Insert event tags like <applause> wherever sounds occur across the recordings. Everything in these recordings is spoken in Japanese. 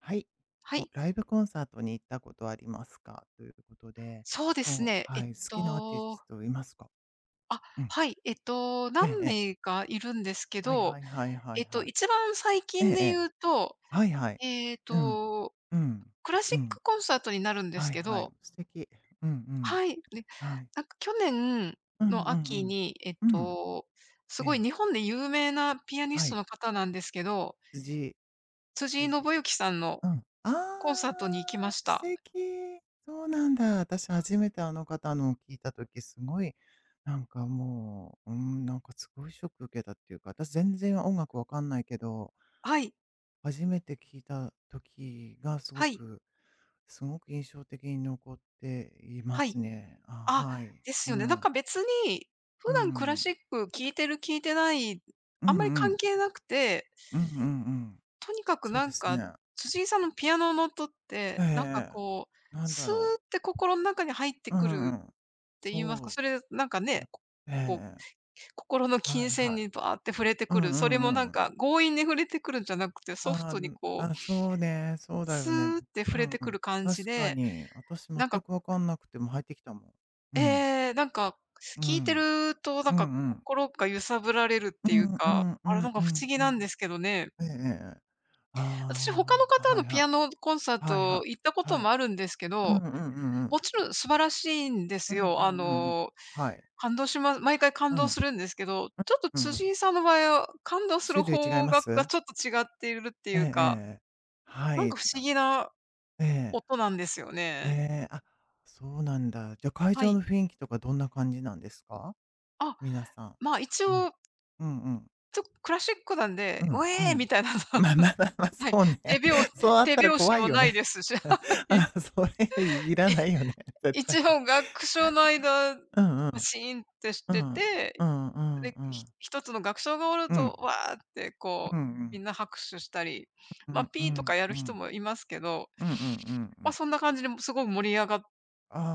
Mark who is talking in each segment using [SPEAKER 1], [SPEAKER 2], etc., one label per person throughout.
[SPEAKER 1] はい。
[SPEAKER 2] は
[SPEAKER 1] こ
[SPEAKER 2] い、
[SPEAKER 1] ライブコンサートに行ったことありますか？ということで、
[SPEAKER 2] そうです
[SPEAKER 1] もう、
[SPEAKER 2] ね。
[SPEAKER 1] はい、好きなアーティストいますか？
[SPEAKER 2] あ、
[SPEAKER 1] うん。
[SPEAKER 2] はい、
[SPEAKER 1] ええ
[SPEAKER 2] 何
[SPEAKER 1] え
[SPEAKER 2] 名
[SPEAKER 1] え。
[SPEAKER 2] かいるんですけ
[SPEAKER 1] はいは
[SPEAKER 2] ど、
[SPEAKER 1] いはいはいはい。
[SPEAKER 2] 一番最
[SPEAKER 1] え
[SPEAKER 2] 近
[SPEAKER 1] ええ
[SPEAKER 2] で
[SPEAKER 1] え。
[SPEAKER 2] 言うと、
[SPEAKER 1] はいはい。
[SPEAKER 2] えっ
[SPEAKER 1] うん。
[SPEAKER 2] と、
[SPEAKER 1] うん。
[SPEAKER 2] クラシ
[SPEAKER 1] う
[SPEAKER 2] ッ
[SPEAKER 1] ん。
[SPEAKER 2] クコンサートになるんです
[SPEAKER 1] はい
[SPEAKER 2] け
[SPEAKER 1] はい。
[SPEAKER 2] ど、
[SPEAKER 1] 素敵。うんうん。
[SPEAKER 2] はい、ね、
[SPEAKER 1] はい。
[SPEAKER 2] なんか去年
[SPEAKER 1] うん
[SPEAKER 2] の
[SPEAKER 1] う
[SPEAKER 2] 秋
[SPEAKER 1] ん
[SPEAKER 2] に、
[SPEAKER 1] うん。うん。
[SPEAKER 2] す
[SPEAKER 1] え
[SPEAKER 2] ごい
[SPEAKER 1] え。
[SPEAKER 2] 日本で有名なピアニ
[SPEAKER 1] は
[SPEAKER 2] スト
[SPEAKER 1] い。
[SPEAKER 2] の方なんですけど、
[SPEAKER 1] 辻
[SPEAKER 2] 辻井伸
[SPEAKER 1] 辻
[SPEAKER 2] 行さん
[SPEAKER 1] う
[SPEAKER 2] の
[SPEAKER 1] ん。
[SPEAKER 2] コンサートに行き
[SPEAKER 1] あ
[SPEAKER 2] まし
[SPEAKER 1] ー素
[SPEAKER 2] た。
[SPEAKER 1] 敵。そうなんだ。私初めてあの方のを聞いた時、すごい、なんかもう、うん、なんかすごいショック受けたっていうか、私全然音楽わかんないけど、
[SPEAKER 2] はい、
[SPEAKER 1] 初めて聞いた時がすご
[SPEAKER 2] はい、
[SPEAKER 1] くすごく印象的に残っていま
[SPEAKER 2] は
[SPEAKER 1] す
[SPEAKER 2] い。
[SPEAKER 1] ね。あ、
[SPEAKER 2] あ、
[SPEAKER 1] はい。
[SPEAKER 2] で
[SPEAKER 1] う
[SPEAKER 2] すよね。なん
[SPEAKER 1] ん。
[SPEAKER 2] か別に、
[SPEAKER 1] う
[SPEAKER 2] 普段クラ
[SPEAKER 1] ん。
[SPEAKER 2] シック聴いてる聴いてない、
[SPEAKER 1] うん
[SPEAKER 2] あんまり
[SPEAKER 1] うん。
[SPEAKER 2] 関係なくて、
[SPEAKER 1] うんうんうん。
[SPEAKER 2] とにかく
[SPEAKER 1] そう
[SPEAKER 2] な
[SPEAKER 1] で
[SPEAKER 2] ん
[SPEAKER 1] す
[SPEAKER 2] か、
[SPEAKER 1] ね。
[SPEAKER 2] 辻井さんのピアノの音っ
[SPEAKER 1] え
[SPEAKER 2] て、なんか
[SPEAKER 1] え。
[SPEAKER 2] こう、
[SPEAKER 1] なんだ
[SPEAKER 2] スー
[SPEAKER 1] ろ
[SPEAKER 2] って心の中に入って
[SPEAKER 1] う。う
[SPEAKER 2] く
[SPEAKER 1] ん
[SPEAKER 2] る
[SPEAKER 1] う
[SPEAKER 2] っ
[SPEAKER 1] ん。
[SPEAKER 2] て言いますか、
[SPEAKER 1] そ
[SPEAKER 2] そ
[SPEAKER 1] う。
[SPEAKER 2] れなんかね、こ
[SPEAKER 1] え
[SPEAKER 2] こう、
[SPEAKER 1] ええ。
[SPEAKER 2] 心の
[SPEAKER 1] は
[SPEAKER 2] 琴
[SPEAKER 1] い
[SPEAKER 2] 線
[SPEAKER 1] はい。
[SPEAKER 2] にバーって触れて
[SPEAKER 1] う
[SPEAKER 2] く
[SPEAKER 1] ん
[SPEAKER 2] る、
[SPEAKER 1] う
[SPEAKER 2] それも
[SPEAKER 1] ん
[SPEAKER 2] な
[SPEAKER 1] う
[SPEAKER 2] ん
[SPEAKER 1] ん
[SPEAKER 2] か強引に触れてくるんじゃなくて、ソフ
[SPEAKER 1] ああ、
[SPEAKER 2] トに
[SPEAKER 1] ん、
[SPEAKER 2] こ
[SPEAKER 1] あ、
[SPEAKER 2] う、
[SPEAKER 1] そうね、そうだ
[SPEAKER 2] ス
[SPEAKER 1] よね。
[SPEAKER 2] ーって
[SPEAKER 1] う
[SPEAKER 2] 触れ
[SPEAKER 1] ん
[SPEAKER 2] て
[SPEAKER 1] う
[SPEAKER 2] く
[SPEAKER 1] ん。
[SPEAKER 2] る感じ
[SPEAKER 1] 確か
[SPEAKER 2] で、
[SPEAKER 1] に、私全
[SPEAKER 2] なん
[SPEAKER 1] く
[SPEAKER 2] か
[SPEAKER 1] 分かんなくても入ってきたもん。うん。
[SPEAKER 2] ええ、なんか、
[SPEAKER 1] う
[SPEAKER 2] 聞いて
[SPEAKER 1] ん。
[SPEAKER 2] ると、なん
[SPEAKER 1] う
[SPEAKER 2] か、
[SPEAKER 1] んうん。
[SPEAKER 2] 心が揺さぶられるって
[SPEAKER 1] う
[SPEAKER 2] いう
[SPEAKER 1] んう
[SPEAKER 2] か、
[SPEAKER 1] んう
[SPEAKER 2] あれ、な
[SPEAKER 1] ん
[SPEAKER 2] んか
[SPEAKER 1] う
[SPEAKER 2] 不思
[SPEAKER 1] ん
[SPEAKER 2] 議
[SPEAKER 1] う
[SPEAKER 2] なんで
[SPEAKER 1] ん。
[SPEAKER 2] すけどね。
[SPEAKER 1] ええええええ。
[SPEAKER 2] 私、他の
[SPEAKER 1] ああ、
[SPEAKER 2] 方
[SPEAKER 1] はい
[SPEAKER 2] のピア
[SPEAKER 1] は
[SPEAKER 2] ノコンサ
[SPEAKER 1] い。
[SPEAKER 2] ー
[SPEAKER 1] はい
[SPEAKER 2] ト
[SPEAKER 1] はい。
[SPEAKER 2] 行ったこと
[SPEAKER 1] はい。
[SPEAKER 2] もあるんですけ
[SPEAKER 1] うんう
[SPEAKER 2] ど、
[SPEAKER 1] んうんうん
[SPEAKER 2] もちろん素晴らしいん
[SPEAKER 1] ええええああはいはいはいはいはいうんう
[SPEAKER 2] です
[SPEAKER 1] ん
[SPEAKER 2] よ。あ
[SPEAKER 1] うんうん。
[SPEAKER 2] の、
[SPEAKER 1] はい。
[SPEAKER 2] 感動しま毎回感
[SPEAKER 1] う
[SPEAKER 2] 動
[SPEAKER 1] ん。
[SPEAKER 2] するんですけど、ちょっと
[SPEAKER 1] うんうん。
[SPEAKER 2] 辻井さんの場合は、感動す
[SPEAKER 1] 種
[SPEAKER 2] る
[SPEAKER 1] 類違い
[SPEAKER 2] 方
[SPEAKER 1] ま
[SPEAKER 2] 角が
[SPEAKER 1] す？
[SPEAKER 2] ちょっと違っているってい
[SPEAKER 1] えええ
[SPEAKER 2] う
[SPEAKER 1] え
[SPEAKER 2] か、
[SPEAKER 1] ええ。は
[SPEAKER 2] なんか
[SPEAKER 1] い。
[SPEAKER 2] 不思
[SPEAKER 1] あ、
[SPEAKER 2] 議な
[SPEAKER 1] ええ。
[SPEAKER 2] 音なんですよ
[SPEAKER 1] え
[SPEAKER 2] ね。
[SPEAKER 1] え、あ、そうなんだ。じゃ、会
[SPEAKER 2] は
[SPEAKER 1] 場の
[SPEAKER 2] い。
[SPEAKER 1] 雰囲気とかどんな感じなんですか？
[SPEAKER 2] あ、
[SPEAKER 1] 皆さん。
[SPEAKER 2] まあ、一
[SPEAKER 1] うん。
[SPEAKER 2] 応、
[SPEAKER 1] うんうん。
[SPEAKER 2] クラシックなん
[SPEAKER 1] う
[SPEAKER 2] で、ウ
[SPEAKER 1] んう
[SPEAKER 2] ェー
[SPEAKER 1] ん。
[SPEAKER 2] みたいなの
[SPEAKER 1] <laughs> まあまあまあまあ、
[SPEAKER 2] はい、
[SPEAKER 1] そうね。
[SPEAKER 2] 手拍子
[SPEAKER 1] <laughs> そうあっ
[SPEAKER 2] 手
[SPEAKER 1] たら
[SPEAKER 2] 拍子
[SPEAKER 1] 怖い
[SPEAKER 2] も
[SPEAKER 1] よ
[SPEAKER 2] ない
[SPEAKER 1] ね。
[SPEAKER 2] ですし、は
[SPEAKER 1] <laughs>
[SPEAKER 2] い。
[SPEAKER 1] あそれいらな
[SPEAKER 2] <laughs>
[SPEAKER 1] いよね、<laughs> 絶対。
[SPEAKER 2] 一応楽章の間、
[SPEAKER 1] うんうん。
[SPEAKER 2] シーンってし
[SPEAKER 1] う
[SPEAKER 2] て
[SPEAKER 1] ん。
[SPEAKER 2] て、
[SPEAKER 1] うんうん
[SPEAKER 2] で、
[SPEAKER 1] うん。
[SPEAKER 2] 一つの楽章が終わる
[SPEAKER 1] う
[SPEAKER 2] と、
[SPEAKER 1] ん。
[SPEAKER 2] わーって
[SPEAKER 1] う
[SPEAKER 2] こ
[SPEAKER 1] ん
[SPEAKER 2] う、
[SPEAKER 1] う
[SPEAKER 2] み
[SPEAKER 1] ん。
[SPEAKER 2] んな拍手したり、
[SPEAKER 1] う
[SPEAKER 2] ま、
[SPEAKER 1] んう
[SPEAKER 2] ピーと
[SPEAKER 1] ん
[SPEAKER 2] かや
[SPEAKER 1] う
[SPEAKER 2] る
[SPEAKER 1] ん。う
[SPEAKER 2] 人
[SPEAKER 1] ん
[SPEAKER 2] もいますけど、
[SPEAKER 1] うんうんう
[SPEAKER 2] ま、
[SPEAKER 1] ん。
[SPEAKER 2] そんな感じで、すごい盛り上が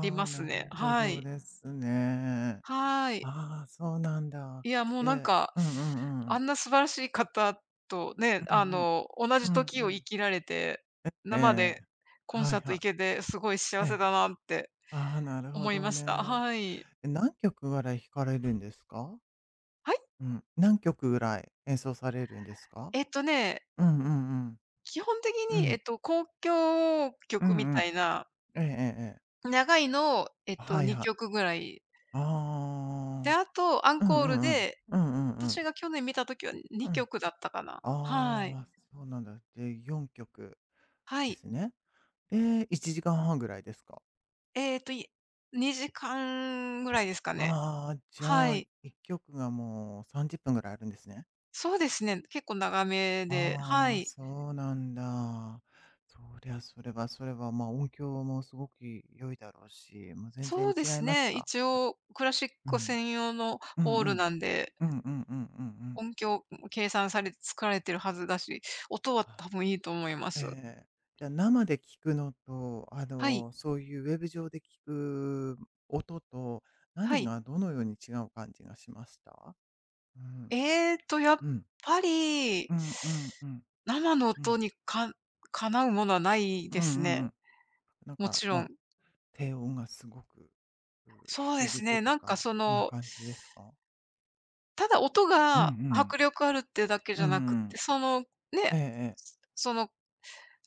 [SPEAKER 2] り
[SPEAKER 1] あー、
[SPEAKER 2] ます
[SPEAKER 1] なる
[SPEAKER 2] ね。
[SPEAKER 1] ほ
[SPEAKER 2] は
[SPEAKER 1] ど
[SPEAKER 2] い。
[SPEAKER 1] ですね。
[SPEAKER 2] はい。
[SPEAKER 1] ああー、そうなんだ。
[SPEAKER 2] いや、もうなん
[SPEAKER 1] で
[SPEAKER 2] か、
[SPEAKER 1] うんうんうんう
[SPEAKER 2] あ
[SPEAKER 1] ん。
[SPEAKER 2] んな素晴らしい方とね、
[SPEAKER 1] うん
[SPEAKER 2] あ
[SPEAKER 1] うん。
[SPEAKER 2] の、同
[SPEAKER 1] う
[SPEAKER 2] じ
[SPEAKER 1] ん
[SPEAKER 2] 時
[SPEAKER 1] う
[SPEAKER 2] を生
[SPEAKER 1] ん。
[SPEAKER 2] きられて、
[SPEAKER 1] え
[SPEAKER 2] 生
[SPEAKER 1] え。
[SPEAKER 2] でコン
[SPEAKER 1] はい
[SPEAKER 2] サート
[SPEAKER 1] は
[SPEAKER 2] 行けてすごい
[SPEAKER 1] い。
[SPEAKER 2] 幸
[SPEAKER 1] え
[SPEAKER 2] せ
[SPEAKER 1] え。
[SPEAKER 2] だなって
[SPEAKER 1] ああ、なるほ
[SPEAKER 2] 思い
[SPEAKER 1] ど
[SPEAKER 2] ました。
[SPEAKER 1] ね。
[SPEAKER 2] はい。
[SPEAKER 1] え、何曲ぐらい弾かれるんですか？
[SPEAKER 2] はい？
[SPEAKER 1] うん。何曲ぐらい演奏されるんですか？
[SPEAKER 2] えっとね、
[SPEAKER 1] うんうんうん。
[SPEAKER 2] 基本的
[SPEAKER 1] う
[SPEAKER 2] に、
[SPEAKER 1] ん。
[SPEAKER 2] 交響
[SPEAKER 1] う
[SPEAKER 2] 曲み
[SPEAKER 1] んう
[SPEAKER 2] た
[SPEAKER 1] ん。
[SPEAKER 2] いな、
[SPEAKER 1] ええええええ。
[SPEAKER 2] 長いのを、
[SPEAKER 1] はいは
[SPEAKER 2] 2曲
[SPEAKER 1] い。
[SPEAKER 2] ぐらい。で、
[SPEAKER 1] ああ。
[SPEAKER 2] あとアン
[SPEAKER 1] うん
[SPEAKER 2] コ
[SPEAKER 1] う
[SPEAKER 2] ール
[SPEAKER 1] んうん。
[SPEAKER 2] で、
[SPEAKER 1] うんうんうん。
[SPEAKER 2] 私が去年見た時は
[SPEAKER 1] うん。
[SPEAKER 2] 2
[SPEAKER 1] あ
[SPEAKER 2] 曲だったかな。はい。
[SPEAKER 1] あ、そうなんだ。で、4曲
[SPEAKER 2] は
[SPEAKER 1] で
[SPEAKER 2] い。
[SPEAKER 1] すね。で、1時間半ぐらいですか？
[SPEAKER 2] えっと、い2時間ぐらいですかね。
[SPEAKER 1] ああ、じ
[SPEAKER 2] は
[SPEAKER 1] ゃあ、
[SPEAKER 2] い。
[SPEAKER 1] 1曲がもう30分ぐらいあるんですね。
[SPEAKER 2] そうですね、結構長めで、は
[SPEAKER 1] ああ、
[SPEAKER 2] い。
[SPEAKER 1] そうなんだ。そりゃ、それはそれは、音響もすごく良いだろうし、もう全
[SPEAKER 2] そ
[SPEAKER 1] 然
[SPEAKER 2] うで
[SPEAKER 1] 違い
[SPEAKER 2] す
[SPEAKER 1] ます
[SPEAKER 2] ね、
[SPEAKER 1] か？
[SPEAKER 2] 一応クラシッ
[SPEAKER 1] う
[SPEAKER 2] ク
[SPEAKER 1] ん。
[SPEAKER 2] 専用の
[SPEAKER 1] う
[SPEAKER 2] ホ
[SPEAKER 1] んう
[SPEAKER 2] ール
[SPEAKER 1] ん。
[SPEAKER 2] なんで
[SPEAKER 1] うんうんうんうんうん。
[SPEAKER 2] 音響も計算されて作られてるはずだし、音は
[SPEAKER 1] は
[SPEAKER 2] 多分いいと思いま
[SPEAKER 1] い。え
[SPEAKER 2] す。
[SPEAKER 1] え。じゃあ、生で聞くのと、あ
[SPEAKER 2] はい、
[SPEAKER 1] の、そういうウェブ上で聞く音と、
[SPEAKER 2] は
[SPEAKER 1] 何
[SPEAKER 2] い。
[SPEAKER 1] がどのように違う感じがしました？うん。
[SPEAKER 2] やっ
[SPEAKER 1] うん。
[SPEAKER 2] ぱり、
[SPEAKER 1] うんうんうん。
[SPEAKER 2] 生の
[SPEAKER 1] う
[SPEAKER 2] 音
[SPEAKER 1] ん。
[SPEAKER 2] にかなうものはない
[SPEAKER 1] うんう
[SPEAKER 2] です
[SPEAKER 1] んう
[SPEAKER 2] ね。
[SPEAKER 1] ん。なん
[SPEAKER 2] も
[SPEAKER 1] か、
[SPEAKER 2] ちろ
[SPEAKER 1] まあ
[SPEAKER 2] ん。
[SPEAKER 1] 低音がすごく、う
[SPEAKER 2] そうです
[SPEAKER 1] 響く
[SPEAKER 2] ね、
[SPEAKER 1] と
[SPEAKER 2] なんか
[SPEAKER 1] か、
[SPEAKER 2] そ
[SPEAKER 1] そんな
[SPEAKER 2] の、
[SPEAKER 1] 感じですか？
[SPEAKER 2] ただ音
[SPEAKER 1] うんう
[SPEAKER 2] が
[SPEAKER 1] ん。
[SPEAKER 2] 迫力あるってだけ
[SPEAKER 1] う
[SPEAKER 2] じゃなく
[SPEAKER 1] んう
[SPEAKER 2] っ
[SPEAKER 1] ん。
[SPEAKER 2] て、その、
[SPEAKER 1] え
[SPEAKER 2] ね、
[SPEAKER 1] えええ。
[SPEAKER 2] その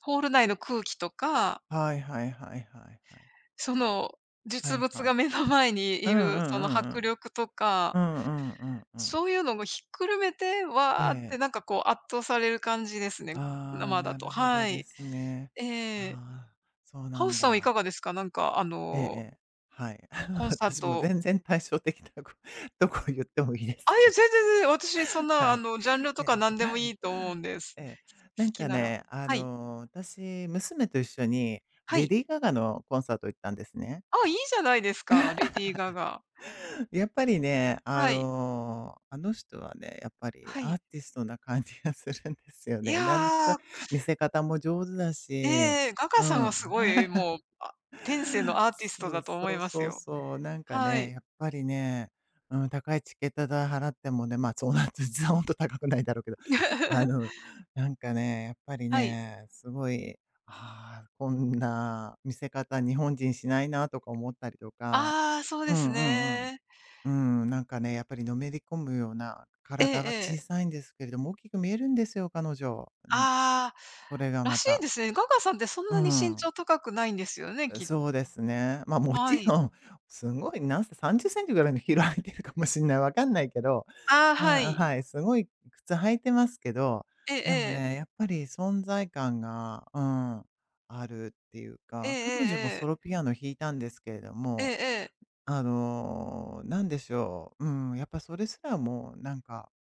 [SPEAKER 2] ホール内の空気とか、
[SPEAKER 1] はいはいはいはいはい。
[SPEAKER 2] その
[SPEAKER 1] は
[SPEAKER 2] 実
[SPEAKER 1] い
[SPEAKER 2] 物
[SPEAKER 1] は
[SPEAKER 2] が
[SPEAKER 1] い。
[SPEAKER 2] 目の前に
[SPEAKER 1] う
[SPEAKER 2] い
[SPEAKER 1] んうんう
[SPEAKER 2] るその
[SPEAKER 1] んう
[SPEAKER 2] 迫
[SPEAKER 1] ん。
[SPEAKER 2] 力と
[SPEAKER 1] う
[SPEAKER 2] か
[SPEAKER 1] んうんうんうん。
[SPEAKER 2] そういうのもひっくるめて、
[SPEAKER 1] え
[SPEAKER 2] わーって
[SPEAKER 1] え。
[SPEAKER 2] なんかこう圧倒される感じですね、
[SPEAKER 1] ああ、
[SPEAKER 2] 生だ
[SPEAKER 1] な
[SPEAKER 2] と。
[SPEAKER 1] るほど
[SPEAKER 2] は
[SPEAKER 1] で
[SPEAKER 2] い。
[SPEAKER 1] すね。
[SPEAKER 2] ええ。
[SPEAKER 1] ああ、そうな
[SPEAKER 2] ハウ
[SPEAKER 1] ん
[SPEAKER 2] スさんはい
[SPEAKER 1] だ。
[SPEAKER 2] かがですか？なんかあ
[SPEAKER 1] えええ
[SPEAKER 2] の、
[SPEAKER 1] え。はい。
[SPEAKER 2] コン
[SPEAKER 1] <laughs>
[SPEAKER 2] サー
[SPEAKER 1] 私も
[SPEAKER 2] ト。
[SPEAKER 1] 全然対照的なこ <laughs>、とこ言ってもいいです
[SPEAKER 2] あ、いや、
[SPEAKER 1] か？
[SPEAKER 2] 全然、私そん
[SPEAKER 1] <laughs>
[SPEAKER 2] な
[SPEAKER 1] は
[SPEAKER 2] あ
[SPEAKER 1] い。
[SPEAKER 2] の、ジャンル
[SPEAKER 1] え
[SPEAKER 2] とか
[SPEAKER 1] え。
[SPEAKER 2] 何でもいいと思う
[SPEAKER 1] <laughs>
[SPEAKER 2] んです。
[SPEAKER 1] ええ。な
[SPEAKER 2] 好
[SPEAKER 1] ん
[SPEAKER 2] き
[SPEAKER 1] か
[SPEAKER 2] なら。
[SPEAKER 1] ね、あ
[SPEAKER 2] はい。
[SPEAKER 1] の、私、娘と一緒に
[SPEAKER 2] は
[SPEAKER 1] レ
[SPEAKER 2] い。
[SPEAKER 1] ディー・ガガのコンサート行ったんですね。
[SPEAKER 2] あ、いいじゃないですか、レディー・ガガ。
[SPEAKER 1] <laughs> やっぱりね、あ
[SPEAKER 2] はい。
[SPEAKER 1] の、あの人はね、やっぱり
[SPEAKER 2] は
[SPEAKER 1] アー
[SPEAKER 2] い。
[SPEAKER 1] ティストな感じがするんですよ
[SPEAKER 2] い
[SPEAKER 1] ね。なんと
[SPEAKER 2] や、
[SPEAKER 1] 見せ方も上手だし、
[SPEAKER 2] ええ、ガガ
[SPEAKER 1] う
[SPEAKER 2] さんは
[SPEAKER 1] ん。
[SPEAKER 2] すごい
[SPEAKER 1] <laughs>
[SPEAKER 2] もう、あ、天性
[SPEAKER 1] <laughs>
[SPEAKER 2] のアーティスト
[SPEAKER 1] そう
[SPEAKER 2] だと思
[SPEAKER 1] そ
[SPEAKER 2] い
[SPEAKER 1] う
[SPEAKER 2] ます
[SPEAKER 1] そう
[SPEAKER 2] よ。
[SPEAKER 1] そう。なんか
[SPEAKER 2] は
[SPEAKER 1] ね、
[SPEAKER 2] い。
[SPEAKER 1] やっぱりね、うん、高いチケット代払ってもね、まあ、そんな実は本当高くないだろうけど、<laughs> あ
[SPEAKER 2] <laughs>
[SPEAKER 1] の、なんかね、やっぱり
[SPEAKER 2] はい。
[SPEAKER 1] ね、すごい、ああ、こんな見せ方日本人しないなとか思ったりとか、
[SPEAKER 2] ああ、そう
[SPEAKER 1] う
[SPEAKER 2] です
[SPEAKER 1] んうんうん。
[SPEAKER 2] ね。
[SPEAKER 1] うん、なんかね、やっぱりのめり込むような、
[SPEAKER 2] ええ
[SPEAKER 1] 体は小
[SPEAKER 2] ええ。
[SPEAKER 1] さいんですけれども、大きく見えるんですよ、彼女。うん、
[SPEAKER 2] ああ、
[SPEAKER 1] これが
[SPEAKER 2] ら
[SPEAKER 1] ま
[SPEAKER 2] しいで
[SPEAKER 1] た。
[SPEAKER 2] すね。ガガさんってそん
[SPEAKER 1] う
[SPEAKER 2] なに身
[SPEAKER 1] ん。
[SPEAKER 2] 長高くないんですよね、
[SPEAKER 1] そうですね。ま、も
[SPEAKER 2] は
[SPEAKER 1] ち
[SPEAKER 2] い。
[SPEAKER 1] ろん、すごいなんせ30センチぐらいのヒール履いてるかもしれない、わかんないけど、
[SPEAKER 2] ああ、は
[SPEAKER 1] あ
[SPEAKER 2] い。
[SPEAKER 1] はい、すごい靴履いてますけど、
[SPEAKER 2] ええ
[SPEAKER 1] でも
[SPEAKER 2] ええ。
[SPEAKER 1] ね、やっぱり存在感が、うん、あるっていう
[SPEAKER 2] ええ
[SPEAKER 1] か、
[SPEAKER 2] え
[SPEAKER 1] 彼女も
[SPEAKER 2] え
[SPEAKER 1] ソ
[SPEAKER 2] え
[SPEAKER 1] ロ
[SPEAKER 2] え。
[SPEAKER 1] ピアノ弾いたんですけれど
[SPEAKER 2] ええ
[SPEAKER 1] も、
[SPEAKER 2] ええええ。
[SPEAKER 1] あの、なんでしょう、うん、やっぱそれすらもなんか、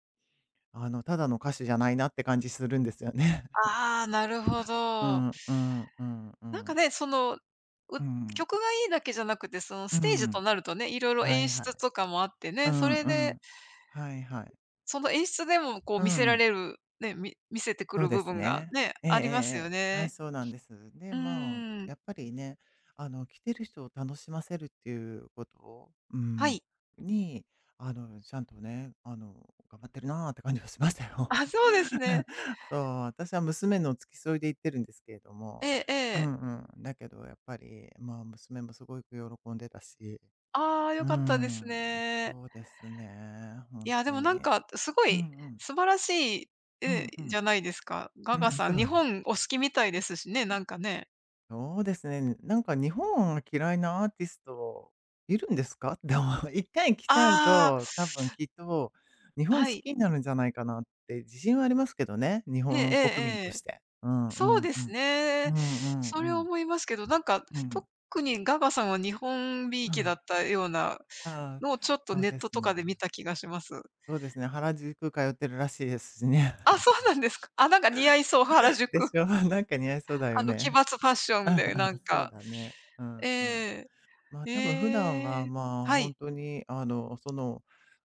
[SPEAKER 1] あの、ただの歌手じゃないなって感じするんですよね。
[SPEAKER 2] ああ、なるほ
[SPEAKER 1] <laughs> う
[SPEAKER 2] ど。
[SPEAKER 1] んうんうんう
[SPEAKER 2] なんか
[SPEAKER 1] ん。
[SPEAKER 2] ね、その、
[SPEAKER 1] うん。
[SPEAKER 2] 曲がいいだけじゃなくて、その
[SPEAKER 1] う
[SPEAKER 2] ステージと
[SPEAKER 1] ん。
[SPEAKER 2] なるとね、いろいろ
[SPEAKER 1] はい
[SPEAKER 2] 演
[SPEAKER 1] は
[SPEAKER 2] 出
[SPEAKER 1] い。
[SPEAKER 2] とかもあって
[SPEAKER 1] う
[SPEAKER 2] ね、そ
[SPEAKER 1] ん
[SPEAKER 2] れ
[SPEAKER 1] う
[SPEAKER 2] で、
[SPEAKER 1] ん。はいはい。
[SPEAKER 2] その演出でもこう
[SPEAKER 1] う
[SPEAKER 2] 見せら
[SPEAKER 1] ん、
[SPEAKER 2] れる、ね、見せてく
[SPEAKER 1] そう
[SPEAKER 2] る
[SPEAKER 1] で
[SPEAKER 2] 部
[SPEAKER 1] す
[SPEAKER 2] 分が
[SPEAKER 1] ね。
[SPEAKER 2] ね、
[SPEAKER 1] ええええ
[SPEAKER 2] ありますよ
[SPEAKER 1] ええ。はい、
[SPEAKER 2] ね。
[SPEAKER 1] そうなんです。で、
[SPEAKER 2] う
[SPEAKER 1] まあ、
[SPEAKER 2] ーん。
[SPEAKER 1] やっぱりね、あの、来てる人を楽しませるっていうことをう
[SPEAKER 2] は
[SPEAKER 1] ん、
[SPEAKER 2] い。
[SPEAKER 1] に、あの、ちゃんとね、あの、頑張ってるなーって感じがしましたよ。
[SPEAKER 2] あ、そうですね。
[SPEAKER 1] <laughs> そう、私は娘の付き添いで行ってるんですけれど
[SPEAKER 2] え
[SPEAKER 1] も、
[SPEAKER 2] ええ
[SPEAKER 1] う
[SPEAKER 2] え。
[SPEAKER 1] んうん。だけどやっぱり、まあ、娘もすごく喜んでたし、
[SPEAKER 2] ああ、良
[SPEAKER 1] う
[SPEAKER 2] かったです
[SPEAKER 1] ん、
[SPEAKER 2] ね。
[SPEAKER 1] そうですね、
[SPEAKER 2] い
[SPEAKER 1] 本
[SPEAKER 2] や、で
[SPEAKER 1] 当
[SPEAKER 2] もなん
[SPEAKER 1] に。
[SPEAKER 2] か、すご
[SPEAKER 1] うんう
[SPEAKER 2] い
[SPEAKER 1] ん。
[SPEAKER 2] 素晴らしい、
[SPEAKER 1] うんう
[SPEAKER 2] じ
[SPEAKER 1] ん。
[SPEAKER 2] ゃないですか。ガ
[SPEAKER 1] <laughs>
[SPEAKER 2] ガ
[SPEAKER 1] うん、
[SPEAKER 2] さ
[SPEAKER 1] そ
[SPEAKER 2] ん、日
[SPEAKER 1] うです。
[SPEAKER 2] 本お好きみたいですしね、なんかね。
[SPEAKER 1] そうですね。なんか日本が嫌いなアーティストいるんですかって思う？<laughs> でも一回来ちゃう
[SPEAKER 2] あ
[SPEAKER 1] と、多分きっと日
[SPEAKER 2] あ、
[SPEAKER 1] 本
[SPEAKER 2] は
[SPEAKER 1] 好
[SPEAKER 2] い。
[SPEAKER 1] きになるんじゃないかなって自信はありますけどね、日
[SPEAKER 2] ええ
[SPEAKER 1] 本
[SPEAKER 2] え
[SPEAKER 1] 国民
[SPEAKER 2] ええ
[SPEAKER 1] とし
[SPEAKER 2] え。
[SPEAKER 1] て。うんう
[SPEAKER 2] そう
[SPEAKER 1] ん
[SPEAKER 2] で
[SPEAKER 1] う
[SPEAKER 2] す
[SPEAKER 1] ん。う
[SPEAKER 2] ね。
[SPEAKER 1] んうん
[SPEAKER 2] そ
[SPEAKER 1] う
[SPEAKER 2] れ
[SPEAKER 1] ん。
[SPEAKER 2] 思いますけど、なんか、
[SPEAKER 1] うん。
[SPEAKER 2] 特にガガさんは日本びい
[SPEAKER 1] う
[SPEAKER 2] きだ
[SPEAKER 1] ん。
[SPEAKER 2] ったような
[SPEAKER 1] あ
[SPEAKER 2] のをちょ
[SPEAKER 1] あ、
[SPEAKER 2] っと
[SPEAKER 1] そう
[SPEAKER 2] ネッ
[SPEAKER 1] で
[SPEAKER 2] ト
[SPEAKER 1] す
[SPEAKER 2] とかで見
[SPEAKER 1] ね。
[SPEAKER 2] た気がします。
[SPEAKER 1] そうですね、原宿通ってるらしいですしね。
[SPEAKER 2] あ、そう
[SPEAKER 1] <laughs>
[SPEAKER 2] なんですか。あ、なんか似合いそう、原
[SPEAKER 1] で
[SPEAKER 2] 宿。
[SPEAKER 1] しょ？<laughs> なんか似合いそうだ
[SPEAKER 2] あ
[SPEAKER 1] よ
[SPEAKER 2] の、奇抜
[SPEAKER 1] ね。
[SPEAKER 2] ファッションでなん
[SPEAKER 1] <laughs> そう
[SPEAKER 2] か。
[SPEAKER 1] だね。うん
[SPEAKER 2] え
[SPEAKER 1] うん。
[SPEAKER 2] ええ
[SPEAKER 1] 多分普
[SPEAKER 2] え
[SPEAKER 1] 段は、
[SPEAKER 2] え。
[SPEAKER 1] まあ、
[SPEAKER 2] は
[SPEAKER 1] 本
[SPEAKER 2] い。
[SPEAKER 1] 当に、あの、その、